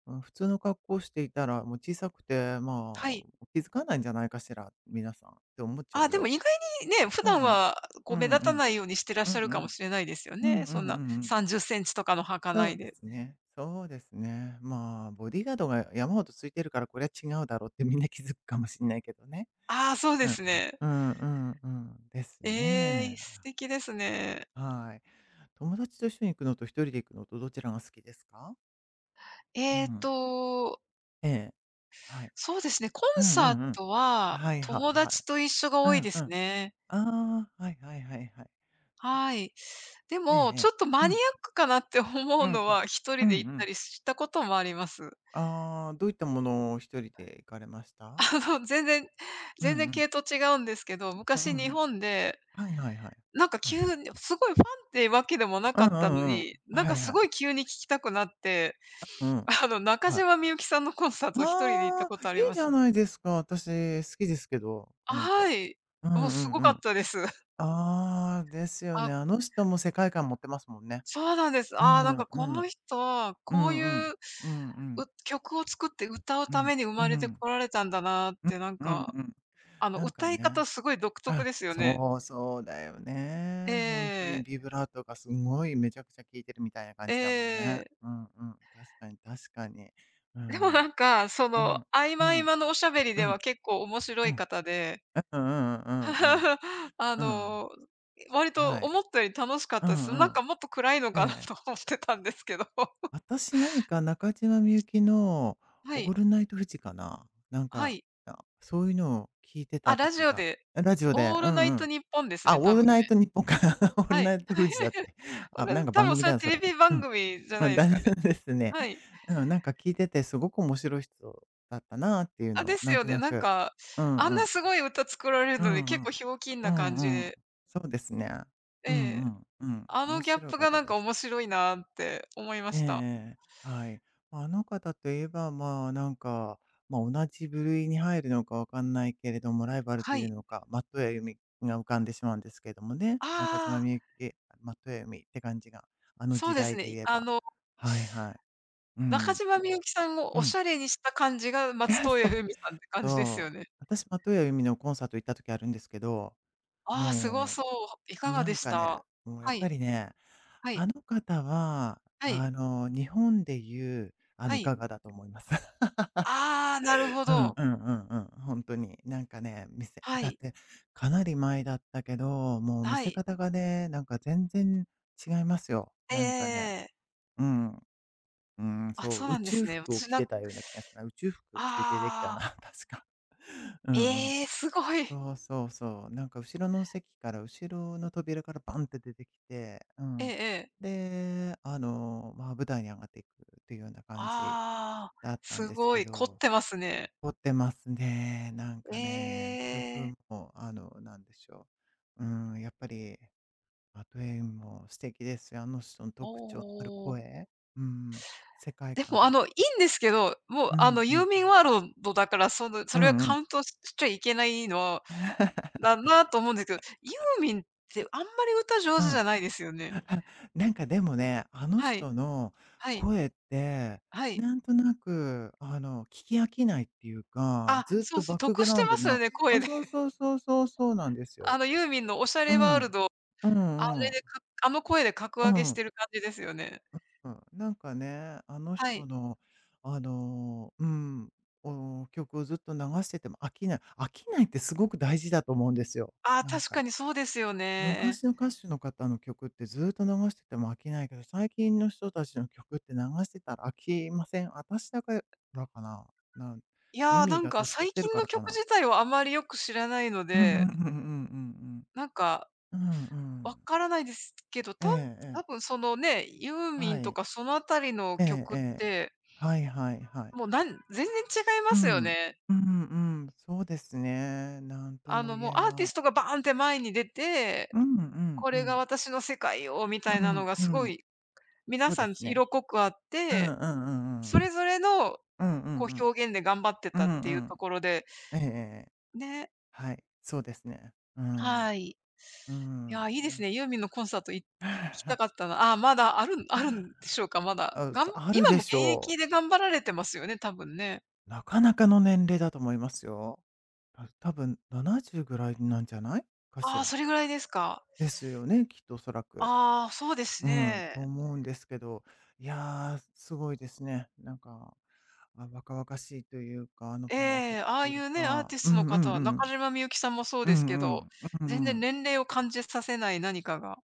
[SPEAKER 1] うん、普通の格好をしていたら、もう小さくて、ま
[SPEAKER 2] はい。
[SPEAKER 1] あ、気づかないんじゃないかしら、皆さんって思っちゃ
[SPEAKER 2] あ、
[SPEAKER 1] う
[SPEAKER 2] でも
[SPEAKER 1] よ。
[SPEAKER 2] 意外にね、普
[SPEAKER 1] うん
[SPEAKER 2] 段
[SPEAKER 1] うん。
[SPEAKER 2] はこ
[SPEAKER 1] う
[SPEAKER 2] う目
[SPEAKER 1] ん
[SPEAKER 2] 立
[SPEAKER 1] う
[SPEAKER 2] た
[SPEAKER 1] ん。
[SPEAKER 2] ないようにしてらっ
[SPEAKER 1] うん
[SPEAKER 2] しゃる
[SPEAKER 1] う
[SPEAKER 2] かも
[SPEAKER 1] ん。
[SPEAKER 2] しれないですよ
[SPEAKER 1] うんう
[SPEAKER 2] ね。
[SPEAKER 1] んうん
[SPEAKER 2] そんな
[SPEAKER 1] うん。
[SPEAKER 2] 30センチとかの履か
[SPEAKER 1] そ
[SPEAKER 2] な
[SPEAKER 1] う
[SPEAKER 2] い
[SPEAKER 1] で
[SPEAKER 2] で。
[SPEAKER 1] すね。そうですね。まあ、ボディーガードが山ほどついてるから、これは違うだろうってみんな気づくかもしれないけどね。
[SPEAKER 2] ああ、そうで
[SPEAKER 1] うん
[SPEAKER 2] すね。
[SPEAKER 1] うん。うんうんうん。です
[SPEAKER 2] ええ、
[SPEAKER 1] ね。
[SPEAKER 2] 素敵ですね。
[SPEAKER 1] はい。友達と一緒に行くのと一人で行くのとどちらが好きですか？う
[SPEAKER 2] えっ
[SPEAKER 1] ん。
[SPEAKER 2] と、
[SPEAKER 1] ええ。はい。
[SPEAKER 2] そうですね、コン
[SPEAKER 1] うんう
[SPEAKER 2] サー
[SPEAKER 1] んうん。
[SPEAKER 2] トは
[SPEAKER 1] はいは
[SPEAKER 2] 友
[SPEAKER 1] いはい。
[SPEAKER 2] 達と一緒が
[SPEAKER 1] う
[SPEAKER 2] 多い
[SPEAKER 1] ん
[SPEAKER 2] で
[SPEAKER 1] うん。
[SPEAKER 2] す
[SPEAKER 1] あ
[SPEAKER 2] ね。
[SPEAKER 1] あ、はいはいはいはい。す
[SPEAKER 2] はい。で
[SPEAKER 1] ええ
[SPEAKER 2] も、ちょ
[SPEAKER 1] ええ。
[SPEAKER 2] っと
[SPEAKER 1] う
[SPEAKER 2] マニア
[SPEAKER 1] ん。
[SPEAKER 2] ックかなって思
[SPEAKER 1] う
[SPEAKER 2] う
[SPEAKER 1] ん
[SPEAKER 2] の
[SPEAKER 1] うん。
[SPEAKER 2] は、一
[SPEAKER 1] う
[SPEAKER 2] 人
[SPEAKER 1] ん
[SPEAKER 2] で行
[SPEAKER 1] う
[SPEAKER 2] った
[SPEAKER 1] ん。
[SPEAKER 2] りしたこともあります。
[SPEAKER 1] ああ、どういったものを一人で行かれました？
[SPEAKER 2] <laughs> その、全然
[SPEAKER 1] うんう
[SPEAKER 2] 全然
[SPEAKER 1] ん。
[SPEAKER 2] 系統違うんですけど、
[SPEAKER 1] うんう
[SPEAKER 2] 昔
[SPEAKER 1] ん
[SPEAKER 2] 日
[SPEAKER 1] うん。
[SPEAKER 2] 本で、
[SPEAKER 1] はいはいはい。
[SPEAKER 2] なんか
[SPEAKER 1] は
[SPEAKER 2] 急
[SPEAKER 1] い。
[SPEAKER 2] にすごいファンってわけでもな
[SPEAKER 1] う
[SPEAKER 2] か
[SPEAKER 1] ん
[SPEAKER 2] っ
[SPEAKER 1] う
[SPEAKER 2] たの
[SPEAKER 1] んうん。
[SPEAKER 2] に、なん
[SPEAKER 1] は
[SPEAKER 2] か
[SPEAKER 1] い
[SPEAKER 2] す
[SPEAKER 1] はい。
[SPEAKER 2] ごい急に聴きたくなって、
[SPEAKER 1] うん。
[SPEAKER 2] <laughs> あの、中
[SPEAKER 1] はい。
[SPEAKER 2] 島みゆきさんのコンサートを1人で行った
[SPEAKER 1] あ
[SPEAKER 2] こ
[SPEAKER 1] あ、
[SPEAKER 2] とあり
[SPEAKER 1] いい
[SPEAKER 2] ま
[SPEAKER 1] じ
[SPEAKER 2] す。
[SPEAKER 1] ゃないですか。私好きですけど、
[SPEAKER 2] あ、
[SPEAKER 1] 彼女。
[SPEAKER 2] はい。
[SPEAKER 1] うんう
[SPEAKER 2] もうす
[SPEAKER 1] ん
[SPEAKER 2] ご
[SPEAKER 1] う
[SPEAKER 2] かっ
[SPEAKER 1] ん。
[SPEAKER 2] たです。<laughs>
[SPEAKER 1] ああ、ですよね。
[SPEAKER 2] あ、
[SPEAKER 1] あの人も世界観持ってますもんね。
[SPEAKER 2] そうなんです。
[SPEAKER 1] う
[SPEAKER 2] ああ、なん
[SPEAKER 1] ん
[SPEAKER 2] か
[SPEAKER 1] う
[SPEAKER 2] こ
[SPEAKER 1] ん。
[SPEAKER 2] の人は
[SPEAKER 1] う
[SPEAKER 2] こう
[SPEAKER 1] んう
[SPEAKER 2] いう、
[SPEAKER 1] ん。うんうん。
[SPEAKER 2] 曲を作って歌う
[SPEAKER 1] う
[SPEAKER 2] た
[SPEAKER 1] ん。
[SPEAKER 2] めに生
[SPEAKER 1] う
[SPEAKER 2] まれて
[SPEAKER 1] ん。
[SPEAKER 2] こられたんだなっ
[SPEAKER 1] うん
[SPEAKER 2] て、なん
[SPEAKER 1] うん
[SPEAKER 2] か、
[SPEAKER 1] うん。
[SPEAKER 2] あの、
[SPEAKER 1] なんか
[SPEAKER 2] 歌い
[SPEAKER 1] ね、
[SPEAKER 2] 方すごい独特
[SPEAKER 1] あ、
[SPEAKER 2] ですよね。
[SPEAKER 1] そうそうだよ
[SPEAKER 2] え
[SPEAKER 1] ね。本当に
[SPEAKER 2] え、
[SPEAKER 1] ビブラートがすごいめちゃくちゃ効いてるみたいな感
[SPEAKER 2] え
[SPEAKER 1] じだもんね。
[SPEAKER 2] え。
[SPEAKER 1] うんうん。確かに確かに。う
[SPEAKER 2] <laughs> でもな
[SPEAKER 1] ん。
[SPEAKER 2] んか、そ
[SPEAKER 1] う
[SPEAKER 2] の、
[SPEAKER 1] ん。
[SPEAKER 2] 合
[SPEAKER 1] う
[SPEAKER 2] 間合
[SPEAKER 1] ん。
[SPEAKER 2] 間のおしゃべり
[SPEAKER 1] う
[SPEAKER 2] では
[SPEAKER 1] ん。
[SPEAKER 2] 結構面白
[SPEAKER 1] う
[SPEAKER 2] い
[SPEAKER 1] ん。
[SPEAKER 2] 方で、
[SPEAKER 1] うんうんうんうん
[SPEAKER 2] <laughs> あ
[SPEAKER 1] うん。うん。
[SPEAKER 2] の、割と
[SPEAKER 1] はい。
[SPEAKER 2] 思ったより楽しかっ
[SPEAKER 1] う
[SPEAKER 2] たで
[SPEAKER 1] ん
[SPEAKER 2] す。な
[SPEAKER 1] う
[SPEAKER 2] ん
[SPEAKER 1] ん。
[SPEAKER 2] かもっと暗いの
[SPEAKER 1] え
[SPEAKER 2] かな
[SPEAKER 1] え。
[SPEAKER 2] と思ってたんですけど。<laughs>
[SPEAKER 1] 私何か中島みゆきの
[SPEAKER 2] は
[SPEAKER 1] オー
[SPEAKER 2] い、
[SPEAKER 1] ルナイトフジかな、なん
[SPEAKER 2] は
[SPEAKER 1] か、
[SPEAKER 2] い。
[SPEAKER 1] あ、そういうのを聞いて
[SPEAKER 2] あ、
[SPEAKER 1] た
[SPEAKER 2] ラ
[SPEAKER 1] 時
[SPEAKER 2] ジオ
[SPEAKER 1] が
[SPEAKER 2] で、
[SPEAKER 1] ラジオ
[SPEAKER 2] オ
[SPEAKER 1] で、
[SPEAKER 2] ー
[SPEAKER 1] う
[SPEAKER 2] ルナ
[SPEAKER 1] んう
[SPEAKER 2] イト
[SPEAKER 1] ん。
[SPEAKER 2] ニッポンです
[SPEAKER 1] あ、
[SPEAKER 2] ね、
[SPEAKER 1] オー
[SPEAKER 2] 多分
[SPEAKER 1] ルナイト
[SPEAKER 2] ね。
[SPEAKER 1] 日本かな <laughs> か。オール
[SPEAKER 2] は
[SPEAKER 1] ナ
[SPEAKER 2] い。
[SPEAKER 1] イトフジだっ
[SPEAKER 2] <laughs>
[SPEAKER 1] て。
[SPEAKER 2] こ
[SPEAKER 1] あ、な
[SPEAKER 2] れ、
[SPEAKER 1] んか
[SPEAKER 2] 多
[SPEAKER 1] 番
[SPEAKER 2] 分
[SPEAKER 1] 組
[SPEAKER 2] それ
[SPEAKER 1] だ
[SPEAKER 2] は
[SPEAKER 1] な、
[SPEAKER 2] テ
[SPEAKER 1] そ
[SPEAKER 2] レ
[SPEAKER 1] れ。
[SPEAKER 2] ビ
[SPEAKER 1] う
[SPEAKER 2] 番
[SPEAKER 1] ん。
[SPEAKER 2] 組じゃ
[SPEAKER 1] う
[SPEAKER 2] ない
[SPEAKER 1] ん、
[SPEAKER 2] で
[SPEAKER 1] だ
[SPEAKER 2] すかね。
[SPEAKER 1] <laughs> ですね。
[SPEAKER 2] はい。
[SPEAKER 1] うん、なんか聞いててすごく面白い人だったなっていう
[SPEAKER 2] あ、
[SPEAKER 1] の
[SPEAKER 2] で
[SPEAKER 1] は
[SPEAKER 2] す
[SPEAKER 1] なん
[SPEAKER 2] よ
[SPEAKER 1] と
[SPEAKER 2] ね。
[SPEAKER 1] な
[SPEAKER 2] なん
[SPEAKER 1] く。
[SPEAKER 2] か、
[SPEAKER 1] うん
[SPEAKER 2] あ
[SPEAKER 1] う
[SPEAKER 2] んな
[SPEAKER 1] ん。
[SPEAKER 2] すごい歌作られる
[SPEAKER 1] う
[SPEAKER 2] のに
[SPEAKER 1] ん
[SPEAKER 2] 結
[SPEAKER 1] う
[SPEAKER 2] 構
[SPEAKER 1] ん。
[SPEAKER 2] ひょうきん
[SPEAKER 1] う
[SPEAKER 2] な感じ
[SPEAKER 1] んうん。
[SPEAKER 2] で、
[SPEAKER 1] そうですね。
[SPEAKER 2] え
[SPEAKER 1] うん
[SPEAKER 2] え、
[SPEAKER 1] うん、うん。
[SPEAKER 2] あの
[SPEAKER 1] 面
[SPEAKER 2] ギャ
[SPEAKER 1] 白
[SPEAKER 2] ッ
[SPEAKER 1] い
[SPEAKER 2] プが
[SPEAKER 1] 方
[SPEAKER 2] なん
[SPEAKER 1] で
[SPEAKER 2] か
[SPEAKER 1] し
[SPEAKER 2] 面
[SPEAKER 1] た。
[SPEAKER 2] 白いなって思いま
[SPEAKER 1] ええ
[SPEAKER 2] した。
[SPEAKER 1] ええ、はい。ま、ああの方といえば、まあ、なんか、ま、同じ部類に入るのかわかんないけれども、ライバルと
[SPEAKER 2] は
[SPEAKER 1] いう
[SPEAKER 2] い。
[SPEAKER 1] のか、松任谷由実が浮かんでしまうんですけれどもね。
[SPEAKER 2] あ
[SPEAKER 1] 中島
[SPEAKER 2] あ、
[SPEAKER 1] みゆき、松任谷由実って感じが、あの
[SPEAKER 2] そ
[SPEAKER 1] 時
[SPEAKER 2] うで
[SPEAKER 1] 代
[SPEAKER 2] す
[SPEAKER 1] で
[SPEAKER 2] ね。
[SPEAKER 1] 言え
[SPEAKER 2] あ
[SPEAKER 1] ば。
[SPEAKER 2] の、
[SPEAKER 1] はいはい。う
[SPEAKER 2] 中
[SPEAKER 1] ん、
[SPEAKER 2] 島みゆきさんを
[SPEAKER 1] う
[SPEAKER 2] おし
[SPEAKER 1] ん。
[SPEAKER 2] ゃれにした感じが、松
[SPEAKER 1] <laughs>
[SPEAKER 2] 任
[SPEAKER 1] そ
[SPEAKER 2] 谷
[SPEAKER 1] う、
[SPEAKER 2] 由実さんって感じです
[SPEAKER 1] そ
[SPEAKER 2] よ
[SPEAKER 1] う。
[SPEAKER 2] ね。
[SPEAKER 1] 私、松任谷由実のコンサート行った時あるんですけど、
[SPEAKER 2] ああ、すご
[SPEAKER 1] も
[SPEAKER 2] そう。い
[SPEAKER 1] う
[SPEAKER 2] かが
[SPEAKER 1] な
[SPEAKER 2] で
[SPEAKER 1] ん
[SPEAKER 2] し
[SPEAKER 1] かね、
[SPEAKER 2] た？
[SPEAKER 1] もうや
[SPEAKER 2] は
[SPEAKER 1] っぱ
[SPEAKER 2] い、
[SPEAKER 1] りね、
[SPEAKER 2] は
[SPEAKER 1] あ
[SPEAKER 2] い、
[SPEAKER 1] の方は、
[SPEAKER 2] はい、
[SPEAKER 1] あの、日本で言う、あ
[SPEAKER 2] は
[SPEAKER 1] の、
[SPEAKER 2] い。
[SPEAKER 1] ガガだと思います。<laughs>
[SPEAKER 2] ああ、なるほ
[SPEAKER 1] うん
[SPEAKER 2] ど。
[SPEAKER 1] うんうんうん。本当に。なんかね、見せ
[SPEAKER 2] は
[SPEAKER 1] だっ
[SPEAKER 2] い、
[SPEAKER 1] てかなり前だったけど、もう見
[SPEAKER 2] は
[SPEAKER 1] せ
[SPEAKER 2] い。
[SPEAKER 1] 方がね、なんか全然違いますよ。なんかね、
[SPEAKER 2] ええ。
[SPEAKER 1] うん、うん、
[SPEAKER 2] あ、
[SPEAKER 1] そ
[SPEAKER 2] そう
[SPEAKER 1] う、宇
[SPEAKER 2] なんで
[SPEAKER 1] 宙
[SPEAKER 2] すね。
[SPEAKER 1] 服を
[SPEAKER 2] 私
[SPEAKER 1] 着
[SPEAKER 2] な
[SPEAKER 1] て
[SPEAKER 2] ん
[SPEAKER 1] たような気がするな。宇宙服着て出てきた
[SPEAKER 2] あ
[SPEAKER 1] な、
[SPEAKER 2] あ、
[SPEAKER 1] <laughs> 確か。<laughs> うんうん。
[SPEAKER 2] ええ、すごい。
[SPEAKER 1] そうそうそう。なんか後ろの席から、後ろの扉からバンって出てきて、う
[SPEAKER 2] ええ
[SPEAKER 1] ん。
[SPEAKER 2] ええ。
[SPEAKER 1] で、あの、まあ、舞台に上がっていくっていうような感じ
[SPEAKER 2] ああ、
[SPEAKER 1] だったん
[SPEAKER 2] す
[SPEAKER 1] です
[SPEAKER 2] ご
[SPEAKER 1] け
[SPEAKER 2] い、凝っ
[SPEAKER 1] ど、
[SPEAKER 2] てますね。
[SPEAKER 1] 凝ってますね。なんかね、
[SPEAKER 2] え
[SPEAKER 1] 曲
[SPEAKER 2] え。
[SPEAKER 1] も、あの、なんでしょう。うん、やっぱり、アトエイも素敵ですよ。あの人の
[SPEAKER 2] お
[SPEAKER 1] 特徴のある
[SPEAKER 2] おお。
[SPEAKER 1] 声。うん、世界
[SPEAKER 2] で
[SPEAKER 1] 観。
[SPEAKER 2] も、あの、いいんですけど、もう、
[SPEAKER 1] う
[SPEAKER 2] あの、
[SPEAKER 1] んう
[SPEAKER 2] ユー
[SPEAKER 1] ん。
[SPEAKER 2] ミンワールドだから、その、そ
[SPEAKER 1] うん
[SPEAKER 2] れ
[SPEAKER 1] う
[SPEAKER 2] は
[SPEAKER 1] ん。う
[SPEAKER 2] カ
[SPEAKER 1] ん。
[SPEAKER 2] ウントしちゃいけないの
[SPEAKER 1] <laughs>
[SPEAKER 2] だなと思うんですけど、ユーミンってあんまり歌上手じゃないですよね。
[SPEAKER 1] なんかでもね、あの
[SPEAKER 2] はい、
[SPEAKER 1] 人の
[SPEAKER 2] はい、
[SPEAKER 1] 声って、
[SPEAKER 2] はい。
[SPEAKER 1] なんとなく、あの、聞き飽きないっていうか、
[SPEAKER 2] あ、
[SPEAKER 1] ずっ
[SPEAKER 2] そ
[SPEAKER 1] と
[SPEAKER 2] うそ
[SPEAKER 1] バ
[SPEAKER 2] う、
[SPEAKER 1] ックグ
[SPEAKER 2] 得し
[SPEAKER 1] ラウ
[SPEAKER 2] て
[SPEAKER 1] ンド
[SPEAKER 2] ますよ
[SPEAKER 1] な
[SPEAKER 2] ね、声
[SPEAKER 1] あ、
[SPEAKER 2] で。
[SPEAKER 1] そう
[SPEAKER 2] <laughs>
[SPEAKER 1] そうそうそうそうなんですよ。
[SPEAKER 2] あの、ユーミンのおしゃ
[SPEAKER 1] う
[SPEAKER 2] れワール
[SPEAKER 1] ん。
[SPEAKER 2] ド、
[SPEAKER 1] う
[SPEAKER 2] あ
[SPEAKER 1] んう
[SPEAKER 2] れ
[SPEAKER 1] ん。
[SPEAKER 2] で、あの声で格
[SPEAKER 1] う
[SPEAKER 2] 上げし
[SPEAKER 1] ん。
[SPEAKER 2] てる感じですよね。
[SPEAKER 1] うん。なんかね、あの
[SPEAKER 2] は
[SPEAKER 1] 人
[SPEAKER 2] い。
[SPEAKER 1] の、あの、うん、お曲をずっと流してても飽きない。飽きないってすごく大事だと思うんですよ、
[SPEAKER 2] あー
[SPEAKER 1] なん
[SPEAKER 2] 確か
[SPEAKER 1] か。
[SPEAKER 2] にそうですよね。
[SPEAKER 1] 昔の歌手の方の曲ってずーっと流してても飽きないけど、最近の人たちの曲って流してたら飽きません。私だからかな。なん
[SPEAKER 2] いやー、
[SPEAKER 1] 耳
[SPEAKER 2] なん
[SPEAKER 1] が
[SPEAKER 2] か
[SPEAKER 1] 年取っ
[SPEAKER 2] 最
[SPEAKER 1] てる
[SPEAKER 2] 近
[SPEAKER 1] か
[SPEAKER 2] の
[SPEAKER 1] らか
[SPEAKER 2] 曲
[SPEAKER 1] な。
[SPEAKER 2] 自体をあまりよく知らないの
[SPEAKER 1] うんうんうんうん
[SPEAKER 2] で、
[SPEAKER 1] うんうん。
[SPEAKER 2] なんか
[SPEAKER 1] うんう
[SPEAKER 2] わ
[SPEAKER 1] ん。
[SPEAKER 2] からないですけど、
[SPEAKER 1] えええ
[SPEAKER 2] 多
[SPEAKER 1] え。
[SPEAKER 2] 分そのね、ユーミ
[SPEAKER 1] は
[SPEAKER 2] ンと
[SPEAKER 1] い。
[SPEAKER 2] かそのあたりの
[SPEAKER 1] ええ
[SPEAKER 2] 曲
[SPEAKER 1] え
[SPEAKER 2] っ
[SPEAKER 1] え。
[SPEAKER 2] て、
[SPEAKER 1] はいはいはい。
[SPEAKER 2] もう全然違い
[SPEAKER 1] う
[SPEAKER 2] ますよ
[SPEAKER 1] ん。
[SPEAKER 2] ね。
[SPEAKER 1] うんうん。そうですね。なんと
[SPEAKER 2] あ
[SPEAKER 1] も
[SPEAKER 2] の、もう
[SPEAKER 1] 言え
[SPEAKER 2] アーティ
[SPEAKER 1] な
[SPEAKER 2] スト
[SPEAKER 1] い。
[SPEAKER 2] がバーンって前に出て、
[SPEAKER 1] うんうん
[SPEAKER 2] こ
[SPEAKER 1] う
[SPEAKER 2] れが
[SPEAKER 1] ん。
[SPEAKER 2] 私の世界よみ
[SPEAKER 1] う
[SPEAKER 2] たいなの
[SPEAKER 1] ん
[SPEAKER 2] が
[SPEAKER 1] う
[SPEAKER 2] すご
[SPEAKER 1] ん。
[SPEAKER 2] い皆
[SPEAKER 1] そうで
[SPEAKER 2] さん
[SPEAKER 1] すね。
[SPEAKER 2] 色濃くあっ
[SPEAKER 1] うんう
[SPEAKER 2] て、
[SPEAKER 1] んうんう
[SPEAKER 2] そ
[SPEAKER 1] ん。
[SPEAKER 2] れぞれの
[SPEAKER 1] うんうん
[SPEAKER 2] こ
[SPEAKER 1] う
[SPEAKER 2] う
[SPEAKER 1] ん。
[SPEAKER 2] 表現で頑張って
[SPEAKER 1] う
[SPEAKER 2] たっ
[SPEAKER 1] ん
[SPEAKER 2] て
[SPEAKER 1] う
[SPEAKER 2] いう
[SPEAKER 1] ん。
[SPEAKER 2] ところで、
[SPEAKER 1] ええええ。
[SPEAKER 2] ね、
[SPEAKER 1] はい、そうですね。うん。
[SPEAKER 2] はい。い
[SPEAKER 1] うん。
[SPEAKER 2] や、いいですね。ユーミンのコンサート行きたかっ
[SPEAKER 1] <sighs>
[SPEAKER 2] たな。ああ、まだあるんでしょうか、まだ。
[SPEAKER 1] あ、そある
[SPEAKER 2] 今
[SPEAKER 1] で
[SPEAKER 2] も
[SPEAKER 1] し
[SPEAKER 2] 現
[SPEAKER 1] ょ
[SPEAKER 2] 役で
[SPEAKER 1] う。
[SPEAKER 2] 頑張られてますよね、多分ね。
[SPEAKER 1] なかなかの年齢だと思いますよ。多分70ぐらいなんじゃないかし
[SPEAKER 2] ああ、
[SPEAKER 1] ら。
[SPEAKER 2] それぐらいですか。
[SPEAKER 1] ですよね、きっとおそらく。
[SPEAKER 2] ああ、そうです
[SPEAKER 1] うん、と
[SPEAKER 2] ね。
[SPEAKER 1] 思うんですけど、いやー、すごいですね。なんか、あ、若々しいというか、あの、
[SPEAKER 2] え
[SPEAKER 1] パワフ
[SPEAKER 2] え、
[SPEAKER 1] ル
[SPEAKER 2] あ
[SPEAKER 1] と
[SPEAKER 2] あ
[SPEAKER 1] い
[SPEAKER 2] い
[SPEAKER 1] う
[SPEAKER 2] うね、アーテ
[SPEAKER 1] か、
[SPEAKER 2] ィ
[SPEAKER 1] う
[SPEAKER 2] ストの
[SPEAKER 1] んう
[SPEAKER 2] 方は、
[SPEAKER 1] んう
[SPEAKER 2] 中
[SPEAKER 1] ん。
[SPEAKER 2] 島みゆきさんもそう
[SPEAKER 1] う
[SPEAKER 2] ですけ
[SPEAKER 1] んう
[SPEAKER 2] ど、
[SPEAKER 1] ん。う
[SPEAKER 2] 全
[SPEAKER 1] んう
[SPEAKER 2] 然
[SPEAKER 1] ん。
[SPEAKER 2] 年齢を感じさせない何かが。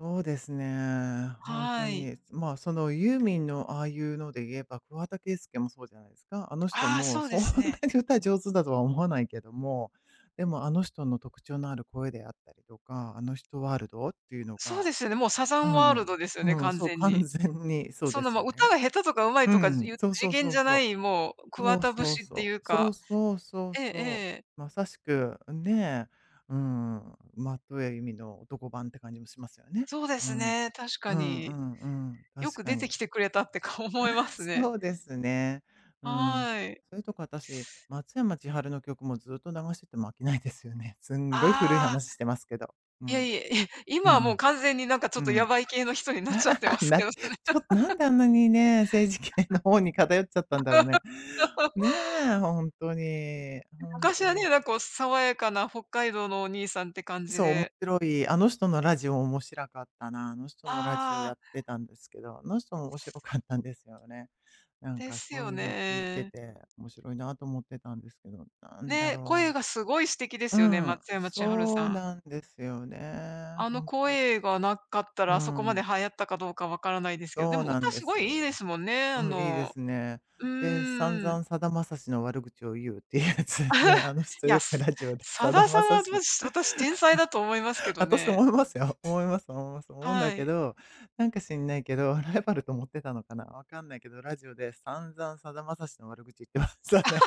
[SPEAKER 1] そうですね。本当
[SPEAKER 2] はい。
[SPEAKER 1] に。まあ、そのユーミンのああいうので言えば、桑田佳祐もそうじゃないですか。あの人
[SPEAKER 2] ああ、
[SPEAKER 1] も
[SPEAKER 2] そうで
[SPEAKER 1] そんな
[SPEAKER 2] すね。
[SPEAKER 1] に歌上手だとは思わないけども、でもあの人の特徴のある声であったりとか、あの人ワールドっていうの
[SPEAKER 2] そう
[SPEAKER 1] が、
[SPEAKER 2] ですよね、もうサザ
[SPEAKER 1] う
[SPEAKER 2] ン
[SPEAKER 1] ん
[SPEAKER 2] ワ
[SPEAKER 1] う
[SPEAKER 2] ール
[SPEAKER 1] ん。
[SPEAKER 2] ドですよね、
[SPEAKER 1] うん、
[SPEAKER 2] 完
[SPEAKER 1] そう、
[SPEAKER 2] 全
[SPEAKER 1] 完
[SPEAKER 2] に。
[SPEAKER 1] 全にそう
[SPEAKER 2] そ
[SPEAKER 1] で
[SPEAKER 2] の、
[SPEAKER 1] す
[SPEAKER 2] ま、
[SPEAKER 1] よ
[SPEAKER 2] 歌
[SPEAKER 1] ね。
[SPEAKER 2] が下手とか上手い
[SPEAKER 1] う
[SPEAKER 2] とかい
[SPEAKER 1] ん、
[SPEAKER 2] う
[SPEAKER 1] そうそ
[SPEAKER 2] 次
[SPEAKER 1] う
[SPEAKER 2] 元
[SPEAKER 1] そう
[SPEAKER 2] じゃ
[SPEAKER 1] そ
[SPEAKER 2] な
[SPEAKER 1] う。
[SPEAKER 2] い、もう桑
[SPEAKER 1] そう
[SPEAKER 2] 田
[SPEAKER 1] そう
[SPEAKER 2] 節ってい
[SPEAKER 1] そ
[SPEAKER 2] う
[SPEAKER 1] う。そう
[SPEAKER 2] か。
[SPEAKER 1] そうそう
[SPEAKER 2] えええ
[SPEAKER 1] そ
[SPEAKER 2] え。
[SPEAKER 1] う。まさしく、ねえ、うん、松任谷由実の男版って感じもしますよね。
[SPEAKER 2] そうで
[SPEAKER 1] う
[SPEAKER 2] す
[SPEAKER 1] ん。
[SPEAKER 2] ね、確か
[SPEAKER 1] うんう
[SPEAKER 2] に。
[SPEAKER 1] んうん。
[SPEAKER 2] よ
[SPEAKER 1] 確
[SPEAKER 2] く
[SPEAKER 1] か
[SPEAKER 2] 出て
[SPEAKER 1] に。
[SPEAKER 2] きてくれたってか思いま
[SPEAKER 1] <laughs>
[SPEAKER 2] す
[SPEAKER 1] そ
[SPEAKER 2] ね。
[SPEAKER 1] うですね。うん。そ
[SPEAKER 2] はい。
[SPEAKER 1] それとか私、松山千春の曲もずっと流してても飽きないですよね。<laughs> すんごい古い
[SPEAKER 2] ああ。
[SPEAKER 1] 話してますけど。う
[SPEAKER 2] いや
[SPEAKER 1] ん。
[SPEAKER 2] いや、いや、
[SPEAKER 1] うん
[SPEAKER 2] 今
[SPEAKER 1] う
[SPEAKER 2] はもう
[SPEAKER 1] ん。
[SPEAKER 2] 完全になんかち
[SPEAKER 1] う
[SPEAKER 2] ょっとヤ
[SPEAKER 1] ん。
[SPEAKER 2] バい系の人になっちゃってま
[SPEAKER 1] <laughs>
[SPEAKER 2] すけ
[SPEAKER 1] ち
[SPEAKER 2] ど、<laughs>
[SPEAKER 1] ょっとなんであんなにね、政治系の方に偏っちゃったんだろうね。ねえ、本当に。本
[SPEAKER 2] 昔
[SPEAKER 1] 当
[SPEAKER 2] はね、な
[SPEAKER 1] に。
[SPEAKER 2] んかこう爽やかな北海道のお兄さんって感じ
[SPEAKER 1] そう、面
[SPEAKER 2] で。
[SPEAKER 1] 白い、あの人のラジオ面白かったな、あの人のラジオ
[SPEAKER 2] あ
[SPEAKER 1] や
[SPEAKER 2] あ、
[SPEAKER 1] ってたんですけど、あの人も面白かったんですよね。なん
[SPEAKER 2] で
[SPEAKER 1] か
[SPEAKER 2] す
[SPEAKER 1] そ
[SPEAKER 2] よ
[SPEAKER 1] ういうの聞いて
[SPEAKER 2] ね。
[SPEAKER 1] て、面白いなと思ってたんですけど、なんだ
[SPEAKER 2] ね、声
[SPEAKER 1] ろ
[SPEAKER 2] がすごい素敵で
[SPEAKER 1] う。う
[SPEAKER 2] すよね、
[SPEAKER 1] ん、
[SPEAKER 2] 松山千春
[SPEAKER 1] そう
[SPEAKER 2] さん。
[SPEAKER 1] なんですよね。
[SPEAKER 2] あの声がなかった
[SPEAKER 1] う
[SPEAKER 2] ら、あそこまで
[SPEAKER 1] ん、
[SPEAKER 2] 流行ったかどうかわからないですけど、で
[SPEAKER 1] そう
[SPEAKER 2] も
[SPEAKER 1] なん
[SPEAKER 2] 歌
[SPEAKER 1] で
[SPEAKER 2] すご
[SPEAKER 1] す。
[SPEAKER 2] いいいですもんね、
[SPEAKER 1] うん、いいですね。
[SPEAKER 2] う
[SPEAKER 1] で、散
[SPEAKER 2] ーん。
[SPEAKER 1] 々さだまさしの悪口を言うっていうやつねあ
[SPEAKER 2] <laughs>
[SPEAKER 1] の人
[SPEAKER 2] い
[SPEAKER 1] よ
[SPEAKER 2] や、
[SPEAKER 1] く
[SPEAKER 2] す
[SPEAKER 1] ラジオで
[SPEAKER 2] さ
[SPEAKER 1] さだ
[SPEAKER 2] だ
[SPEAKER 1] ま
[SPEAKER 2] さん
[SPEAKER 1] さ
[SPEAKER 2] は、
[SPEAKER 1] し
[SPEAKER 2] 私天才だと思いますけど
[SPEAKER 1] 私
[SPEAKER 2] ね。
[SPEAKER 1] 思いますよ。思います思います。思うんだ
[SPEAKER 2] は
[SPEAKER 1] け
[SPEAKER 2] い。
[SPEAKER 1] ど、なんか知んないけど、ライバルと思ってたのかな、わかんないけど、ラジオで散々さだまさしの悪口言ってましたね。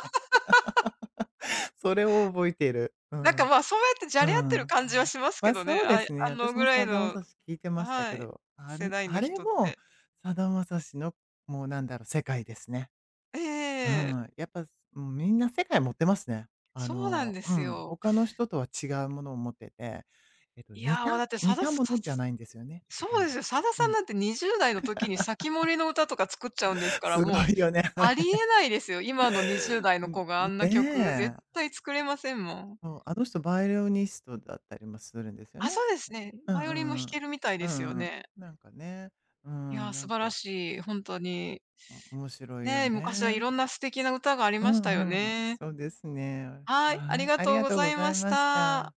[SPEAKER 1] <laughs> それを覚えている。う
[SPEAKER 2] なんか、
[SPEAKER 1] ん。
[SPEAKER 2] ま、あそうやってじ
[SPEAKER 1] う
[SPEAKER 2] ゃれ合って
[SPEAKER 1] ん。う
[SPEAKER 2] る
[SPEAKER 1] ん。
[SPEAKER 2] 感じはしますけ
[SPEAKER 1] ま、
[SPEAKER 2] どね、
[SPEAKER 1] そうですね、
[SPEAKER 2] あの
[SPEAKER 1] 私
[SPEAKER 2] ぐ
[SPEAKER 1] も
[SPEAKER 2] らい
[SPEAKER 1] さだま
[SPEAKER 2] の、
[SPEAKER 1] さし聞いてました
[SPEAKER 2] は
[SPEAKER 1] け
[SPEAKER 2] い、
[SPEAKER 1] ど、
[SPEAKER 2] 世代の
[SPEAKER 1] あれ
[SPEAKER 2] 人っ
[SPEAKER 1] も、
[SPEAKER 2] て。
[SPEAKER 1] さだまさしの、もうなんだろう、世界ですね。う
[SPEAKER 2] ええ、
[SPEAKER 1] ん、やっぱ、うん、みんな世界持ってますね。あ
[SPEAKER 2] そうなん
[SPEAKER 1] の、
[SPEAKER 2] で
[SPEAKER 1] う
[SPEAKER 2] す
[SPEAKER 1] ん、
[SPEAKER 2] よ。
[SPEAKER 1] 他の人とは違うものを持ってて、似た
[SPEAKER 2] だって、さ
[SPEAKER 1] 似
[SPEAKER 2] だ
[SPEAKER 1] た
[SPEAKER 2] さん、
[SPEAKER 1] ものじゃないんですよね。
[SPEAKER 2] そ
[SPEAKER 1] う
[SPEAKER 2] う
[SPEAKER 1] ん。
[SPEAKER 2] ですよ、さだ
[SPEAKER 1] う
[SPEAKER 2] さん
[SPEAKER 1] ん。
[SPEAKER 2] なんて20代の時に防人の歌とか作っちゃうんです
[SPEAKER 1] <laughs>
[SPEAKER 2] から、
[SPEAKER 1] すご
[SPEAKER 2] もう、
[SPEAKER 1] いよね、あ
[SPEAKER 2] あり
[SPEAKER 1] れ。
[SPEAKER 2] えないですよ。今の20代
[SPEAKER 1] う
[SPEAKER 2] の
[SPEAKER 1] ん、
[SPEAKER 2] 子があんな曲、絶
[SPEAKER 1] ねえ。
[SPEAKER 2] 対作れませんもん。
[SPEAKER 1] そう、あの人バイオリニストだったりもするんですよ
[SPEAKER 2] あ、そ
[SPEAKER 1] ね。
[SPEAKER 2] うですね。
[SPEAKER 1] うん
[SPEAKER 2] バイ
[SPEAKER 1] う
[SPEAKER 2] オリンも弾
[SPEAKER 1] んう
[SPEAKER 2] け
[SPEAKER 1] ん。
[SPEAKER 2] るみたい
[SPEAKER 1] う
[SPEAKER 2] ですよ
[SPEAKER 1] んうん。
[SPEAKER 2] ね。
[SPEAKER 1] なんかね、う
[SPEAKER 2] い
[SPEAKER 1] ん、
[SPEAKER 2] や、
[SPEAKER 1] な
[SPEAKER 2] 素
[SPEAKER 1] ん
[SPEAKER 2] 晴ら
[SPEAKER 1] か、
[SPEAKER 2] しい、ほんとに。
[SPEAKER 1] 面白いよ
[SPEAKER 2] ね、昔はい
[SPEAKER 1] ね。
[SPEAKER 2] ろんな素敵な歌があり
[SPEAKER 1] う
[SPEAKER 2] ましたよ
[SPEAKER 1] んうん。
[SPEAKER 2] ね。
[SPEAKER 1] そうですね。
[SPEAKER 2] はい、あ
[SPEAKER 1] は
[SPEAKER 2] り
[SPEAKER 1] い、
[SPEAKER 2] が
[SPEAKER 1] あり
[SPEAKER 2] とう
[SPEAKER 1] が
[SPEAKER 2] ご
[SPEAKER 1] とう
[SPEAKER 2] ざ
[SPEAKER 1] ご
[SPEAKER 2] い
[SPEAKER 1] ざ
[SPEAKER 2] ま
[SPEAKER 1] い
[SPEAKER 2] し
[SPEAKER 1] まし
[SPEAKER 2] た。
[SPEAKER 1] た。